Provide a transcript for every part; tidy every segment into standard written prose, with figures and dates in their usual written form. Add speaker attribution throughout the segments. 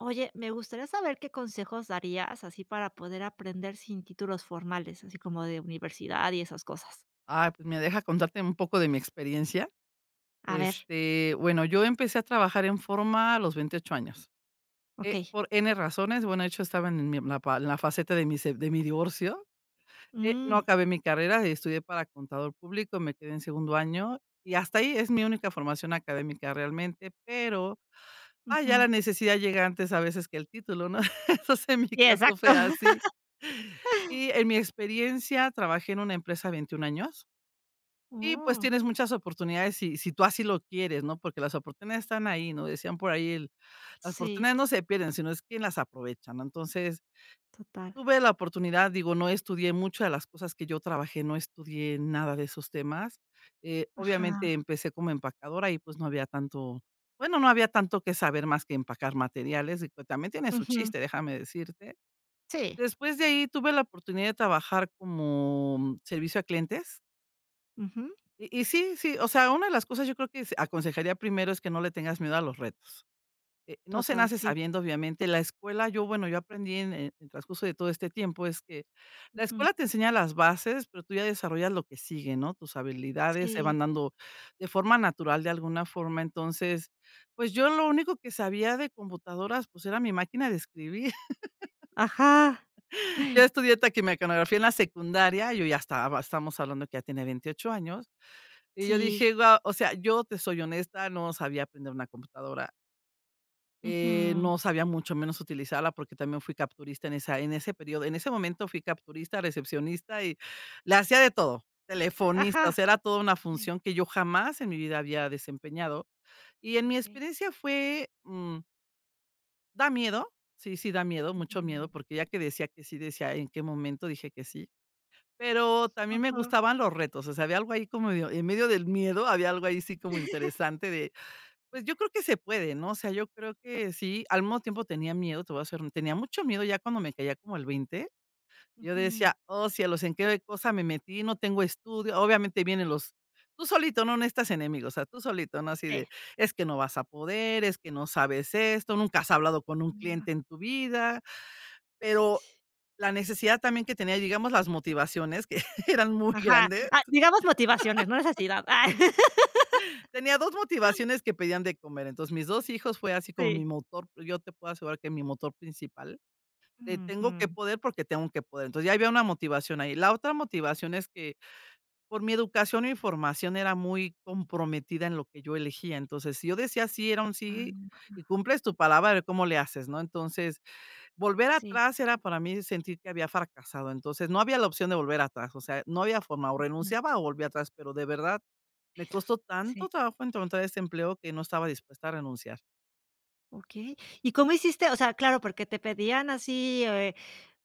Speaker 1: Oye, me gustaría saber qué consejos darías así para poder aprender sin títulos formales, así como de universidad y esas cosas.
Speaker 2: Pues me deja contarte un poco de mi experiencia.
Speaker 1: A ver,
Speaker 2: Bueno, yo empecé a trabajar en forma a los 28 años,
Speaker 1: ok.
Speaker 2: por N razones. Bueno, de hecho, estaba en mi la pa en la faceta de mi se de mi divorcio. No
Speaker 1: Mm,
Speaker 2: acabé mi carrera, estudié para contador público, me quedé en segundo año, y hasta ahí es mi única formación académica realmente, pero, ya
Speaker 1: ujú.
Speaker 2: la necesidad llega antes a veces que el título, ¿no? Entonces, en mi
Speaker 1: Sí,
Speaker 2: caso
Speaker 1: exacto.
Speaker 2: fue así. Y en mi experiencia, trabajé en una empresa 21 años. Y, pues,
Speaker 1: Oh,
Speaker 2: tienes muchas oportunidades si tú así lo quieres, ¿no? Porque las oportunidades están ahí, ¿no? Decían por ahí el: "Las
Speaker 1: sí,
Speaker 2: oportunidades no se pierden, sino es quien las aprovecha", ¿no? Entonces,
Speaker 1: total.
Speaker 2: tuve la oportunidad, digo, no estudié muchas de las cosas que yo trabajé, no estudié nada de esos temas.
Speaker 1: Ajá.
Speaker 2: Obviamente, empecé como empacadora y, pues, no había tanto bueno, no había tanto que saber más que empacar materiales, y que también tiene su
Speaker 1: Ujú.
Speaker 2: chiste, déjame decirte.
Speaker 1: Sí.
Speaker 2: Después de ahí, tuve la oportunidad de trabajar como servicio a clientes.
Speaker 1: Ujú.
Speaker 2: Y sí, sí, o sea, una de las cosas yo creo que s aconsejaría primero es que no le tengas miedo a los retos. No se
Speaker 1: Total,
Speaker 2: nace
Speaker 1: sí.
Speaker 2: sabiendo, obviamente, la escuela, yo, bueno, yo aprendí en el transcurso de todo este tiempo, es que la
Speaker 1: Ujú.
Speaker 2: escuela te enseña las bases, pero tú ya desarrollas lo que sigue, ¿no? Tus habilidades se
Speaker 1: Sí.
Speaker 2: van dando de forma natural, de alguna forma. Entonces, pues, yo lo único que sabía de computadoras, pues, era mi máquina de escribir.
Speaker 1: Ajá.
Speaker 2: Yo estudié taquimecanografía en la secundaria, yo ya estaba estamos hablando que ya tiene 28 años. Y yo
Speaker 1: Sí.
Speaker 2: dije: "Guau", o sea, yo te soy honesta, no sabía aprender una computadora,
Speaker 1: Ujú.
Speaker 2: no sabía mucho menos utilizarla, porque también fui capturista en ese periodo. En ese momento fui capturista, recepcionista y le hacía de todo, telefonista, o
Speaker 1: Ajá.
Speaker 2: sea, era toda una función que yo jamás en mi vida había desempeñado. Y en mi
Speaker 1: Okey.
Speaker 2: experiencia fue, da miedo, sí, sí da miedo,
Speaker 1: Ujú.
Speaker 2: mucho miedo, porque ya que decía que sí, decía: "¿En qué momento dije que sí?". Pero también me
Speaker 1: Ajá.
Speaker 2: gustaban los retos, o sea, había algo ahí como medio en medio del miedo, había algo ahí sí como interesante de, pues, yo creo que se puede, ¿no? O sea, yo creo que sí, al mismo tiempo tenía miedo, te voy a hacer tenía mucho miedo ya cuando me caía como el veinte, yo
Speaker 1: Ujú.
Speaker 2: decía: "Oh, cielos, ¿en qué cosa me metí? No tengo estudio". Obviamente vienen los tú solito, no necesitas enemigos, o sea, tú solito, ¿no? Así de: "Es que no vas a poder, es que no sabes esto, nunca has hablado con un
Speaker 1: Sí.
Speaker 2: cliente en tu vida", pero la necesidad también que tenía, digamos, las motivaciones que eran muy
Speaker 1: Ajá.
Speaker 2: grandes.
Speaker 1: Ah, digamos motivaciones, no necesidad. Ah.
Speaker 2: Tenía 2 motivaciones que pedían de comer. Entonces, mis 2 hijos fue así como mi
Speaker 1: Sí.
Speaker 2: motor, yo te puedo asegurar que mi motor principal, de tengo que
Speaker 1: Ujú.
Speaker 2: poder porque tengo que poder. Entonces, ya había una motivación ahí. La otra motivación es que por mi educación y formación era muy comprometida en lo que yo elegía. Entonces, si yo decía sí, era un sí
Speaker 1: Ah,
Speaker 2: y cumples tu palabra, a ver cómo le haces, ¿no? Entonces volver
Speaker 1: sí.
Speaker 2: atrás era para mí sentir que había fracasado, entonces no había la opción de volver atrás, o sea, no había forma, o
Speaker 1: Mm,
Speaker 2: renunciaba o volvía atrás, pero de verdad me costó
Speaker 1: sí.
Speaker 2: tanto trabajo encontrar este empleo que no estaba dispuesta a renunciar.
Speaker 1: ¿Ok? ¿Y cómo hiciste? O sea, claro, porque te pedían así,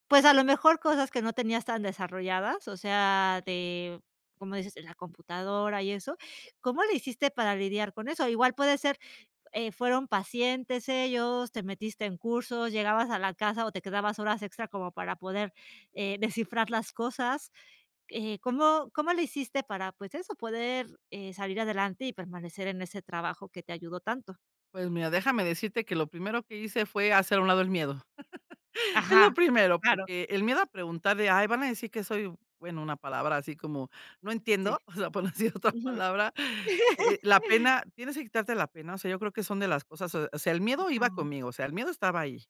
Speaker 1: pues, a lo mejor cosas que no tenías tan desarrolladas, o sea, de, como dices, en la computadora y eso, ¿cómo le hiciste para lidiar con eso? Igual puede ser, fueron pacientes ellos, te metiste en cursos, llegabas a la casa o te quedabas horas extra como para poder, descifrar las cosas. ¿Cómo le hiciste para, pues eso, poder, salir adelante y permanecer en ese trabajo que te ayudó tanto?
Speaker 2: Pues mira, déjame decirte que lo primero que hice fue hacer a un lado el miedo. Es lo
Speaker 1: Ajá,
Speaker 2: primero,
Speaker 1: claro,
Speaker 2: porque el miedo a preguntar de, ay, van a decir que soy, bueno, una palabra así como, no
Speaker 1: sí.
Speaker 2: entiendo, o sea, por no decir otra
Speaker 1: Ujú.
Speaker 2: palabra, la pena, tienes que quitarte la pena, o sea, yo creo que son de las cosas, o sea, el miedo iba
Speaker 1: Ajá,
Speaker 2: conmigo, o sea, el miedo estaba ahí.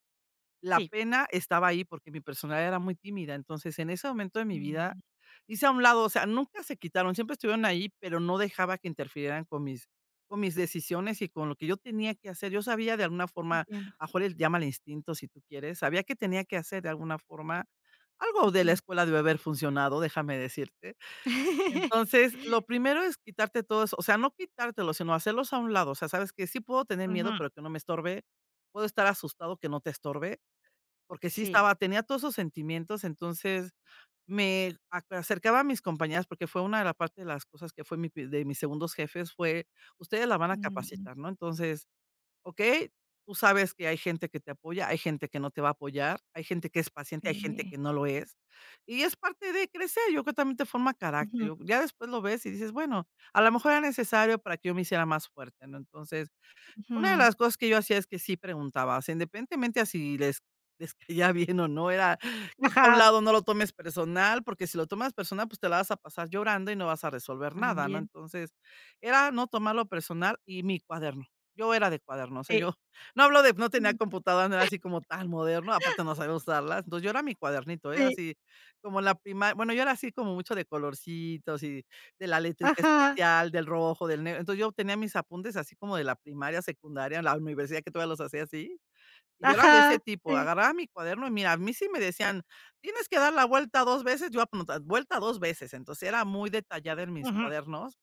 Speaker 2: La
Speaker 1: sí.
Speaker 2: pena estaba ahí porque mi personalidad era muy tímida. Entonces, en ese momento de mi vida,
Speaker 1: Mm,
Speaker 2: hice a un lado, o sea, nunca se quitaron, siempre estuvieron ahí, pero no dejaba que interfirieran con mis decisiones y con lo que yo tenía que hacer. Yo sabía de alguna forma,
Speaker 1: entiendo.
Speaker 2: a Jorge, llámale instinto si tú quieres, sabía que tenía que hacer de alguna forma algo de la
Speaker 1: Ujú.
Speaker 2: escuela debe haber funcionado, déjame decirte. Entonces, lo primero es quitarte todo eso, o sea, no quitártelo, sino hacerlos a un lado. O sea, sabes que sí puedo tener miedo,
Speaker 1: Ujú,
Speaker 2: pero que no me estorbe. Puedo estar asustado, que no te estorbe. Porque sí
Speaker 1: sí.
Speaker 2: estaba tenía todos esos sentimientos, entonces me ac acercaba a mis compañeras, porque fue una de la parte de las cosas que fue mi pi de mis segundos jefes, fue: "Ustedes la van a
Speaker 1: Mm,
Speaker 2: capacitar", ¿no? Entonces, okey, tú sabes que hay gente que te apoya, hay gente que no te va a apoyar, hay gente que es paciente, hay gente
Speaker 1: sí.
Speaker 2: que no lo es, y es parte de crecer, yo creo que también te forma carácter,
Speaker 1: Ujú,
Speaker 2: yo ya después lo ves y dices: "Bueno, a lo mejor era necesario para que yo me hiciera más fuerte", ¿no? Entonces una de
Speaker 1: ujú.
Speaker 2: las cosas que yo hacía es que sí preguntaba, o sea, independientemente a si les caía bien o no, era quita a un
Speaker 1: Ajá,
Speaker 2: lado, no lo tomes personal, porque si lo tomas personal, pues te la vas a pasar llorando y no vas a resolver nada, ¿no?
Speaker 1: también.
Speaker 2: Entonces, era no tomarlo personal y mi cuaderno. Yo era de cuaderno, o sea,
Speaker 1: Sí,
Speaker 2: yo no hablo de no tenía computadora, no era así como tan moderno, aparte no sabía usarlas. Entonces, yo era mi cuadernito, ¿eh?
Speaker 1: sí,
Speaker 2: Así como la primaria, bueno, yo era así como mucho de colorcitos y de la letrita
Speaker 1: ajá,
Speaker 2: especial, del rojo, del negro. Entonces, yo tenía mis apuntes así como de la primaria, secundaria, en la universidad que todavía los hacía así. Y yo era de ese
Speaker 1: ajá,
Speaker 2: tipo,
Speaker 1: sí.
Speaker 2: agarraba mi cuaderno y mira, a mí sí me decían: "Tienes que dar la vuelta 2 veces", yo apunta vuelta 2 veces. Entonces, era muy detallada en mis
Speaker 1: Ujú,
Speaker 2: cuadernos,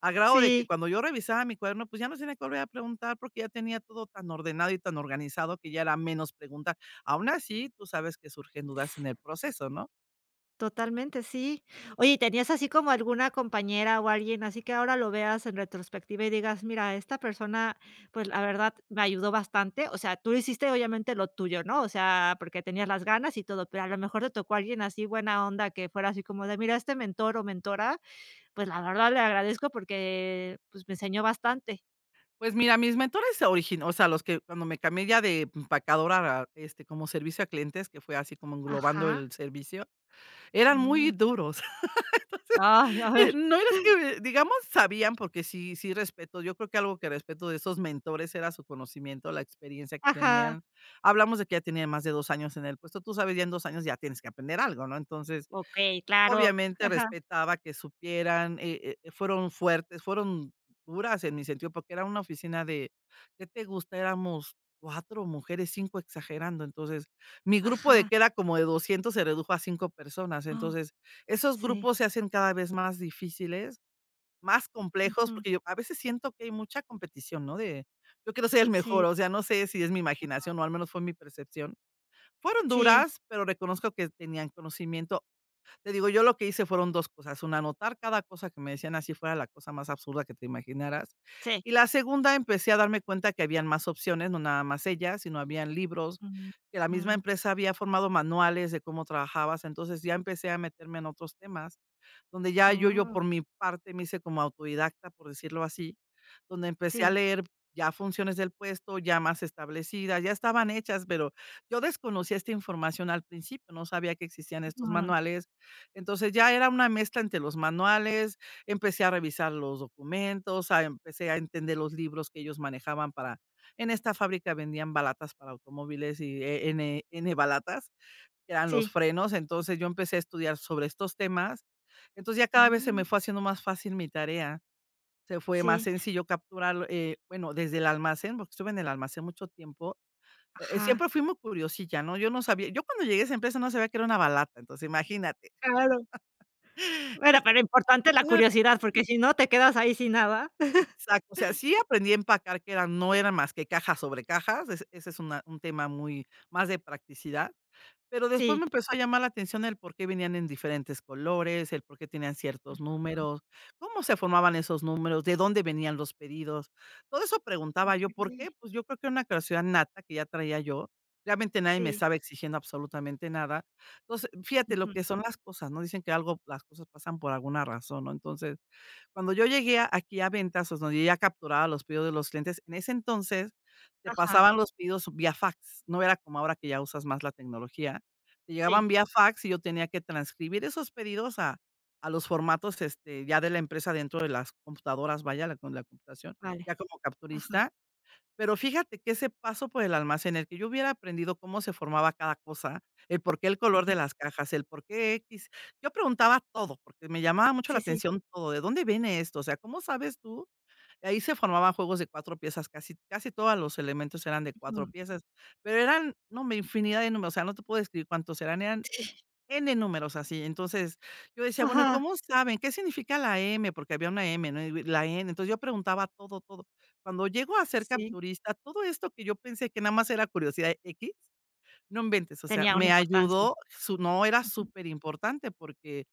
Speaker 2: a grado de que
Speaker 1: sí.
Speaker 2: cuando yo revisaba mi cuaderno, pues, ya no tenía que volver a preguntar, porque ya tenía todo tan ordenado y tan organizado que ya era menos preguntar. Aún así, tú sabes que surgen dudas en el proceso, ¿no?
Speaker 1: Totalmente, sí. Oye, ¿y tenías así como alguna compañera o alguien así que ahora lo veas en retrospectiva y digas: "Mira, esta persona, pues, la verdad me ayudó bastante"? O sea, tú hiciste obviamente lo tuyo, ¿no? O sea, porque tenías las ganas y todo, pero a lo mejor te tocó alguien así buena onda que fuera así como de: "Mira, este mentor o mentora, pues, la verdad le agradezco porque, pues, me enseñó bastante".
Speaker 2: Pues mira, mis mentores origin o sea, los que cuando me cambié ya de empacadora a, este, como servicio a clientes, que fue así como englobando
Speaker 1: Ajá,
Speaker 2: el servicio, eran muy
Speaker 1: mm.
Speaker 2: duros.
Speaker 1: Ay, a ver.
Speaker 2: No eras que, digamos, sabían, porque sí respeto, yo creo que algo que respeto de esos mentores era su conocimiento, la experiencia que
Speaker 1: Ajá.
Speaker 2: tenían. Hablamos de que ya tenían más de 2 años en el puesto, tú sabes, ya en 2 años ya tienes que aprender algo, ¿no? Entonces,
Speaker 1: Okey, claro.
Speaker 2: obviamente
Speaker 1: Ajá,
Speaker 2: respetaba que supieran, fueron fuertes, fueron duras en mi sentido, porque era una oficina de, ¿qué te gusta? Éramos 4 mujeres, 5 exagerando. Entonces, mi grupo de
Speaker 1: ajá.
Speaker 2: que era como de 200 se redujo a 5 personas.
Speaker 1: Oh,
Speaker 2: Entonces, esos
Speaker 1: sí.
Speaker 2: grupos se hacen cada vez más difíciles, más complejos,
Speaker 1: Ujú.
Speaker 2: porque yo a veces siento que hay mucha competición, ¿no? De yo quiero ser el
Speaker 1: Sí.
Speaker 2: mejor, o sea, no sé si es mi imaginación o al menos fue mi percepción. Fueron
Speaker 1: Sì,
Speaker 2: duras, pero reconozco que tenían conocimiento. Te digo, yo lo que hice fueron 2 cosas, una, anotar cada cosa que me decían, así fuera la cosa más absurda que te imaginaras.
Speaker 1: sì.
Speaker 2: Y la segunda, empecé a darme cuenta que habían más opciones, no nada más ellas sino habían libros,
Speaker 1: Mh,
Speaker 2: que la misma
Speaker 1: mh.
Speaker 2: empresa había formado manuales de cómo trabajabas. Entonces, ya empecé a meterme en otros temas, donde ya yo
Speaker 1: Oh,
Speaker 2: por mi parte me hice como autodidacta, por decirlo así, donde empecé a
Speaker 1: sì.
Speaker 2: leer ya funciones del puesto, ya más establecidas, ya estaban hechas, pero yo desconocía esta información al principio, no sabía que existían estos
Speaker 1: Mh,
Speaker 2: manuales, entonces, ya era una mezcla entre los manuales, empecé a revisar los documentos, a empecé a entender los libros que ellos manejaban para en esta fábrica vendían balatas para automóviles y ene balatas que eran los
Speaker 1: sí.
Speaker 2: frenos. Entonces, yo empecé a estudiar sobre estos temas. Entonces, ya cada vez se
Speaker 1: Mm,
Speaker 2: me fue haciendo más fácil mi tarea. Se fue más
Speaker 1: sí.
Speaker 2: sencillo capturar, bueno, desde el almacén, porque estuve en el almacén mucho tiempo. Siempre
Speaker 1: Ajá.
Speaker 2: fui muy curiosilla, ¿no? Yo no sabía Yo cuando llegué a esa empresa no sabía que era una balata, entonces imagínate.
Speaker 1: Claro. Bueno, pero importante la curiosidad, porque si no te quedas ahí sin nada.
Speaker 2: Exacto, o sea, sí aprendí a empacar, que eran no eran más que cajas sobre cajas, ese es una un tema muy más de practicidad, pero después me
Speaker 1: Sí.
Speaker 2: empezó a llamar la atención el por qué venían en diferentes colores, el por qué tenían ciertos números, cómo se formaban esos números, de dónde venían los pedidos. Todo eso preguntaba yo, ¿por
Speaker 1: Okey.
Speaker 2: qué? Pues yo creo que era una curiosidad nata que ya traía yo. Realmente nadie me
Speaker 1: Sí.
Speaker 2: estaba exigiendo absolutamente nada. Entonces, fíjate lo
Speaker 1: Ujú.
Speaker 2: que son las cosas, ¿no? Dicen que algo las cosas pasan por alguna razón, ¿no? Entonces, cuando yo llegué a aquí a Ventas, donde yo ya capturaba los pedidos de los clientes, en ese entonces te
Speaker 1: Ajá.
Speaker 2: pasaban los pedidos vía fax, no era como ahora que ya usas más la tecnología. Te
Speaker 1: Sí.
Speaker 2: llegaban vía fax y yo tenía que transcribir esos pedidos a los formatos, ya de la empresa dentro de las computadoras, vaya, la con la computación,
Speaker 1: Vale.
Speaker 2: ya como
Speaker 1: Ajá.
Speaker 2: capturista. Pero fíjate que ese paso por el almacén, el que yo hubiera aprendido cómo se formaba cada cosa, el por qué el color
Speaker 1: Ujú.
Speaker 2: de las cajas, el por qué X. Yo preguntaba todo, porque me llamaba mucho la
Speaker 1: Sí, sí.
Speaker 2: atención todo, ¿de dónde viene esto? O sea, ¿cómo sabes tú? Ahí se formaban juegos de 4 piezas, casi casi todos los elementos eran de cuatro
Speaker 1: Ujú.
Speaker 2: piezas, pero eran, no hombre, infinidad de números, o sea, no te puedo describir cuántos eran, eran N números así. Entonces, yo decía: "Bueno, ¿y
Speaker 1: Ajá.
Speaker 2: cómo saben? ¿Qué significa la M?", porque había una M, ¿no? Y la N. Entonces, yo preguntaba todo, todo. Cuando llego a ser
Speaker 1: Sí,
Speaker 2: capturista, todo esto que yo pensé que nada más era curiosidad x, no inventes, o sea,
Speaker 1: tenía una
Speaker 2: me
Speaker 1: importancia.
Speaker 2: ayudó, su no, era
Speaker 1: Ujú.
Speaker 2: súper importante porque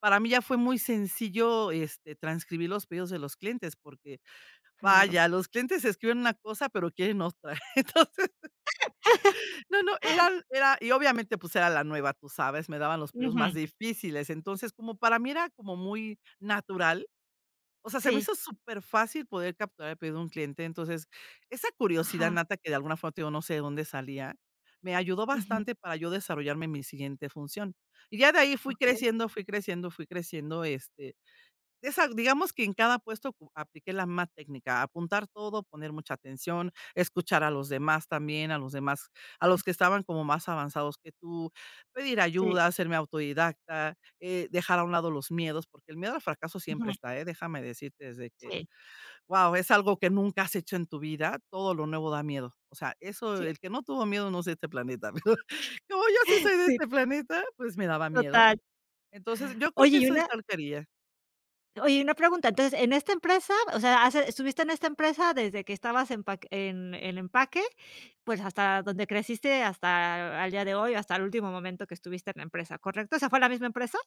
Speaker 2: para mí ya fue muy sencillo, transcribir los pedidos de los clientes, porque,
Speaker 1: Claro.
Speaker 2: vaya, los clientes escriben una cosa, pero quieren otra. Entonces no, no, era y obviamente, pues, era la nueva, tú sabes, me daban los pedidos
Speaker 1: Ujú.
Speaker 2: más difíciles. Entonces, como para mí era como muy natural, o sea, se me
Speaker 1: Sí.
Speaker 2: hizo súper fácil poder capturar el pedido de un cliente. Entonces, esa curiosidad
Speaker 1: Ajá.
Speaker 2: nata que de alguna forma, te digo, no sé de dónde salía, me ayudó
Speaker 1: Ujú.
Speaker 2: bastante para yo desarrollarme en mi siguiente función. Y ya de ahí fui
Speaker 1: Okey,
Speaker 2: creciendo, fui creciendo, fui creciendo, este, esa digamos que en cada puesto cu apliqué la misma técnica, apuntar todo, poner mucha atención, escuchar a los demás también, a los demás, a
Speaker 1: vale.
Speaker 2: los que estaban como más avanzados que tú, pedir
Speaker 1: Sí.
Speaker 2: ayuda, hacerme autodidacta, dejar a un lado los miedos, porque el miedo al fracaso
Speaker 1: Ujú.
Speaker 2: siempre está, ¿eh? Déjame decirte, desde que,
Speaker 1: Sí.
Speaker 2: guau, es algo que nunca has hecho en tu vida, todo lo nuevo da miedo. O sea, eso,
Speaker 1: Sí,
Speaker 2: el que no tuvo miedo no es de este planeta. Pero como yo sí soy de
Speaker 1: sí,
Speaker 2: este planeta, pues me daba miedo.
Speaker 1: total.
Speaker 2: Entonces, yo creo
Speaker 1: Oye,
Speaker 2: que
Speaker 1: y
Speaker 2: eso es
Speaker 1: una
Speaker 2: tal quería.
Speaker 1: Oye, una pregunta, entonces, en esta empresa, o sea, hace estuviste en esta empresa desde que estabas en paque en empaque, pues, hasta donde creciste, hasta al día de hoy, hasta el último momento que estuviste en la empresa, ¿correcto? O sea, ¿fue la misma empresa?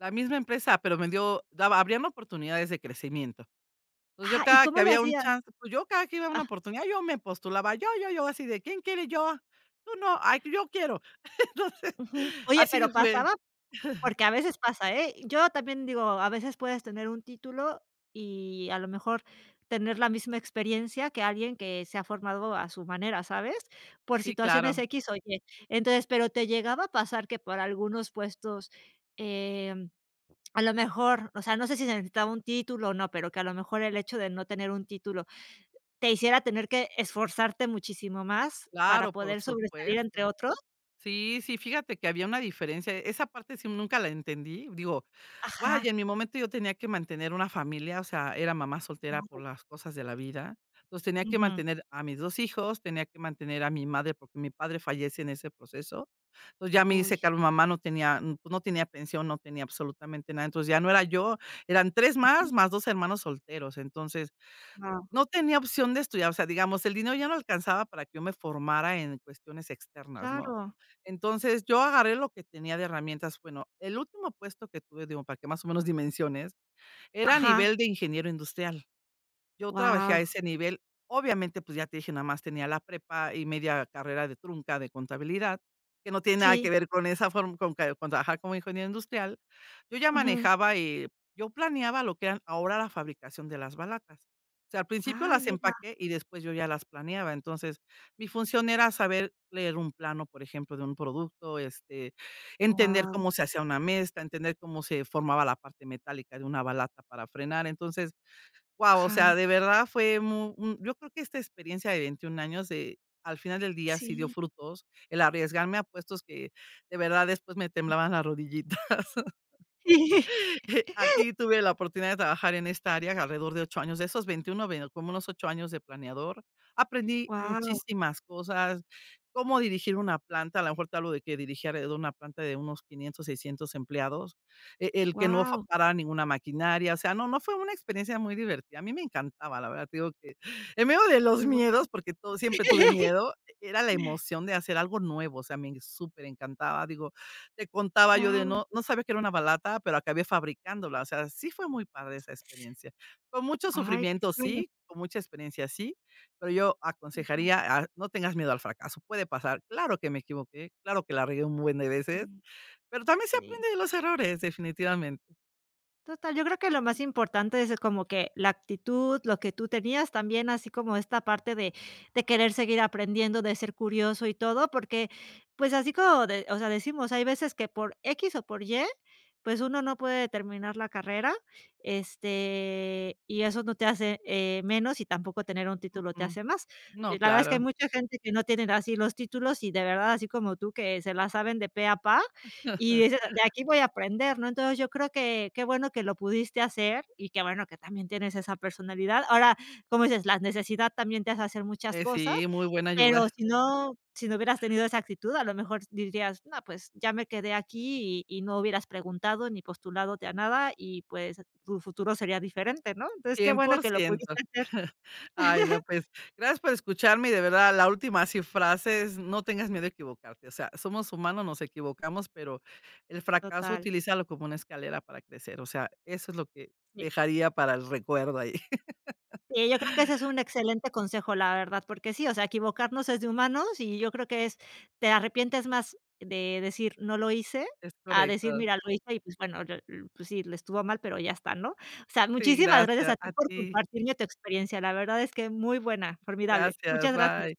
Speaker 2: La misma empresa, pero me dio daba abrían oportunidades de crecimiento. Entonces, yo
Speaker 1: Ah, ¿y
Speaker 2: cada
Speaker 1: cómo
Speaker 2: que
Speaker 1: le
Speaker 2: había un
Speaker 1: hacías?
Speaker 2: chance, pues, yo cada que iba a
Speaker 1: Ah,
Speaker 2: una oportunidad, yo me postulaba, yo, así de: "¿Quién quiere?". "Yo". "Tú no". "Ay, yo quiero". Entonces,
Speaker 1: ujú. Oye, pero
Speaker 2: así fue.
Speaker 1: pasaba Porque a veces pasa, ¿eh? Yo también digo, a veces puedes tener un título y a lo mejor tener la misma experiencia que alguien que se ha formado a su manera, ¿sabes? Por
Speaker 2: Sí,
Speaker 1: situaciones
Speaker 2: claro.
Speaker 1: X o Y. Entonces, pero te llegaba a pasar que por algunos puestos, em, a lo mejor, o sea, no sé si se necesitaba un título o no, pero que a lo mejor el hecho de no tener un título te hiciera tener que esforzarte muchísimo más para
Speaker 2: Claro, por
Speaker 1: poder sobresalir entre
Speaker 2: supuesto.
Speaker 1: otros.
Speaker 2: Sí, sí, fíjate que había una diferencia. Esa parte sí nunca la entendí. Digo, vaya,
Speaker 1: Ajá.
Speaker 2: en mi momento yo tenía que mantener una familia, o sea, era mamá soltera
Speaker 1: Ujú.
Speaker 2: por las cosas de la vida. Entonces tenía que mantener a mis 2 hijos, tenía que mantener a mi madre porque mi padre fallece en ese proceso. Entonces ya me hice
Speaker 1: Uy.
Speaker 2: cargo, mamá no tenía, pues, no tenía pensión, no tenía absolutamente nada. Entonces ya no era yo, eran 3
Speaker 1: Ujú.
Speaker 2: más, más 2 hermanos solteros. Entonces no tenía opción de estudiar, o sea, digamos, el dinero ya no alcanzaba para que yo me formara en cuestiones externas, ¿no?
Speaker 1: Claro.
Speaker 2: Entonces, yo agarré lo que tenía de herramientas. Bueno, el último puesto que tuve, digo, para que más o menos dimensiones, era a
Speaker 1: Ajá.
Speaker 2: nivel de ingeniero industrial. Yo trabajé a
Speaker 1: Wow.
Speaker 2: ese nivel. Obviamente, pues, ya te dije, nada más tenía la prepa y media carrera de trunca de contabilidad, que no tiene nada que
Speaker 1: Sí.
Speaker 2: ver con esa forma con trabajar como ingeniero industrial. Yo ya
Speaker 1: Ujú.
Speaker 2: manejaba, y yo planeaba lo que eran ahora la fabricación de las balatas. O sea, al principio
Speaker 1: Ay,
Speaker 2: las
Speaker 1: mira.
Speaker 2: empaqué y después yo ya las planeaba. Entonces, mi función era saber leer un plano, por ejemplo, de un producto, entender
Speaker 1: Wow.
Speaker 2: cómo se hacía una mezcla, entender cómo se formaba la parte metálica de una balata para frenar. Entonces wow, o sea, de
Speaker 1: Ajá.
Speaker 2: verdad fue mu un yo creo que esta experiencia de 21 años, de, al final del día sí dio
Speaker 1: Sí.
Speaker 2: frutos, el arriesgarme a puestos que de verdad después me temblaban las rodillitas. Aquí tuve la oportunidad de trabajar en esta área alrededor de 8 años. De esos 21, bueno, como unos 8 años de planeador, aprendí
Speaker 1: Guau.
Speaker 2: muchísimas cosas, cómo dirigir una planta, a lo mejor te hablo de que dirigí alrededor de una planta de unos 500, 600 empleados, el que no fa
Speaker 1: Wow.
Speaker 2: parara ninguna maquinaria, o sea, no, no fue una experiencia muy divertida. A mí me encantaba, la verdad, te digo que en medio de los miedos, porque todo siempre
Speaker 1: Qué
Speaker 2: tuve
Speaker 1: bueno.
Speaker 2: miedo, era la emoción de hacer algo nuevo, o sea, me superencantaba, digo te contaba yo de
Speaker 1: Claro.
Speaker 2: no sabía que era una balata, pero acabé fabricándola, o sea, sí fue muy padre esa experiencia. Con mucho
Speaker 1: Ay, qué
Speaker 2: sufrimiento,
Speaker 1: bueno.
Speaker 2: sí, con mucha experiencia, sí, pero yo
Speaker 1: Ujú,
Speaker 2: aconsejaría a no tengas miedo al fracaso, puede pasar. Claro que me equivoqué, claro que la regué un buen de veces,
Speaker 1: ujú.
Speaker 2: pero también se
Speaker 1: Sí.
Speaker 2: aprende de los errores, definitivamente.
Speaker 1: Total, yo creo que lo más importante es como que la actitud, lo que tú tenías también, así como esta parte de querer seguir aprendiendo, de ser curioso y todo, porque, pues, así como de o sea, decimos, hay veces que por X o por Y, pues, uno no puede terminar la carrera, este, y eso no te hace, menos, y tampoco tener un
Speaker 2: Mm,
Speaker 1: título te
Speaker 2: mm.
Speaker 1: hace más.
Speaker 2: No,
Speaker 1: La verdad es que hay
Speaker 2: claro.
Speaker 1: mucha gente que no tienen así los títulos y de verdad, así como tú, que se la saben de pe a pa. Y dices: "De aquí voy a aprender", ¿no? Entonces, yo creo que qué bueno que lo pudiste hacer y qué bueno que también tienes esa personalidad. Ahora, como dices, la necesidad también te hace hacer muchas cosas,
Speaker 2: Sí, muy buena
Speaker 1: pero
Speaker 2: ayuda.
Speaker 1: si no hubieras tenido esa actitud, a lo mejor dirías: "No, pues ya me quedé aquí", y no hubieras preguntado ni postulado a nada y, pues, tu futuro sería diferente, ¿no? Entonces, qué
Speaker 2: cien
Speaker 1: bueno
Speaker 2: por
Speaker 1: que lo
Speaker 2: ciento
Speaker 1: pudiste hacer.
Speaker 2: Ay, no, pues, gracias por escucharme, y de verdad, la última así frase es: "No tengas miedo a equivocarte". O sea, somos humanos, nos equivocamos, pero el fracaso
Speaker 1: Total,
Speaker 2: utilízalo como una escalera para crecer. O sea, eso es lo que
Speaker 1: sí.
Speaker 2: dejaría para el recuerdo ahí.
Speaker 1: Sí, yo creo que ese es un excelente consejo, la verdad, porque sí, o sea, equivocarnos es de humanos y yo creo que es te arrepientes más de decir: "No lo hice",
Speaker 2: Es
Speaker 1: a decir:
Speaker 2: correcto.
Speaker 1: "Mira, lo hice y, pues, bueno, lo l pues sí, le estuvo mal, pero ya está", ¿no? O sea,
Speaker 2: Sí,
Speaker 1: muchísimas gracias
Speaker 2: gracias.
Speaker 1: a ti
Speaker 2: A
Speaker 1: por
Speaker 2: ti.
Speaker 1: compartirme tu experiencia. La verdad es que muy buena, formidable. Muchas
Speaker 2: Gracias,
Speaker 1: gracias.
Speaker 2: bye.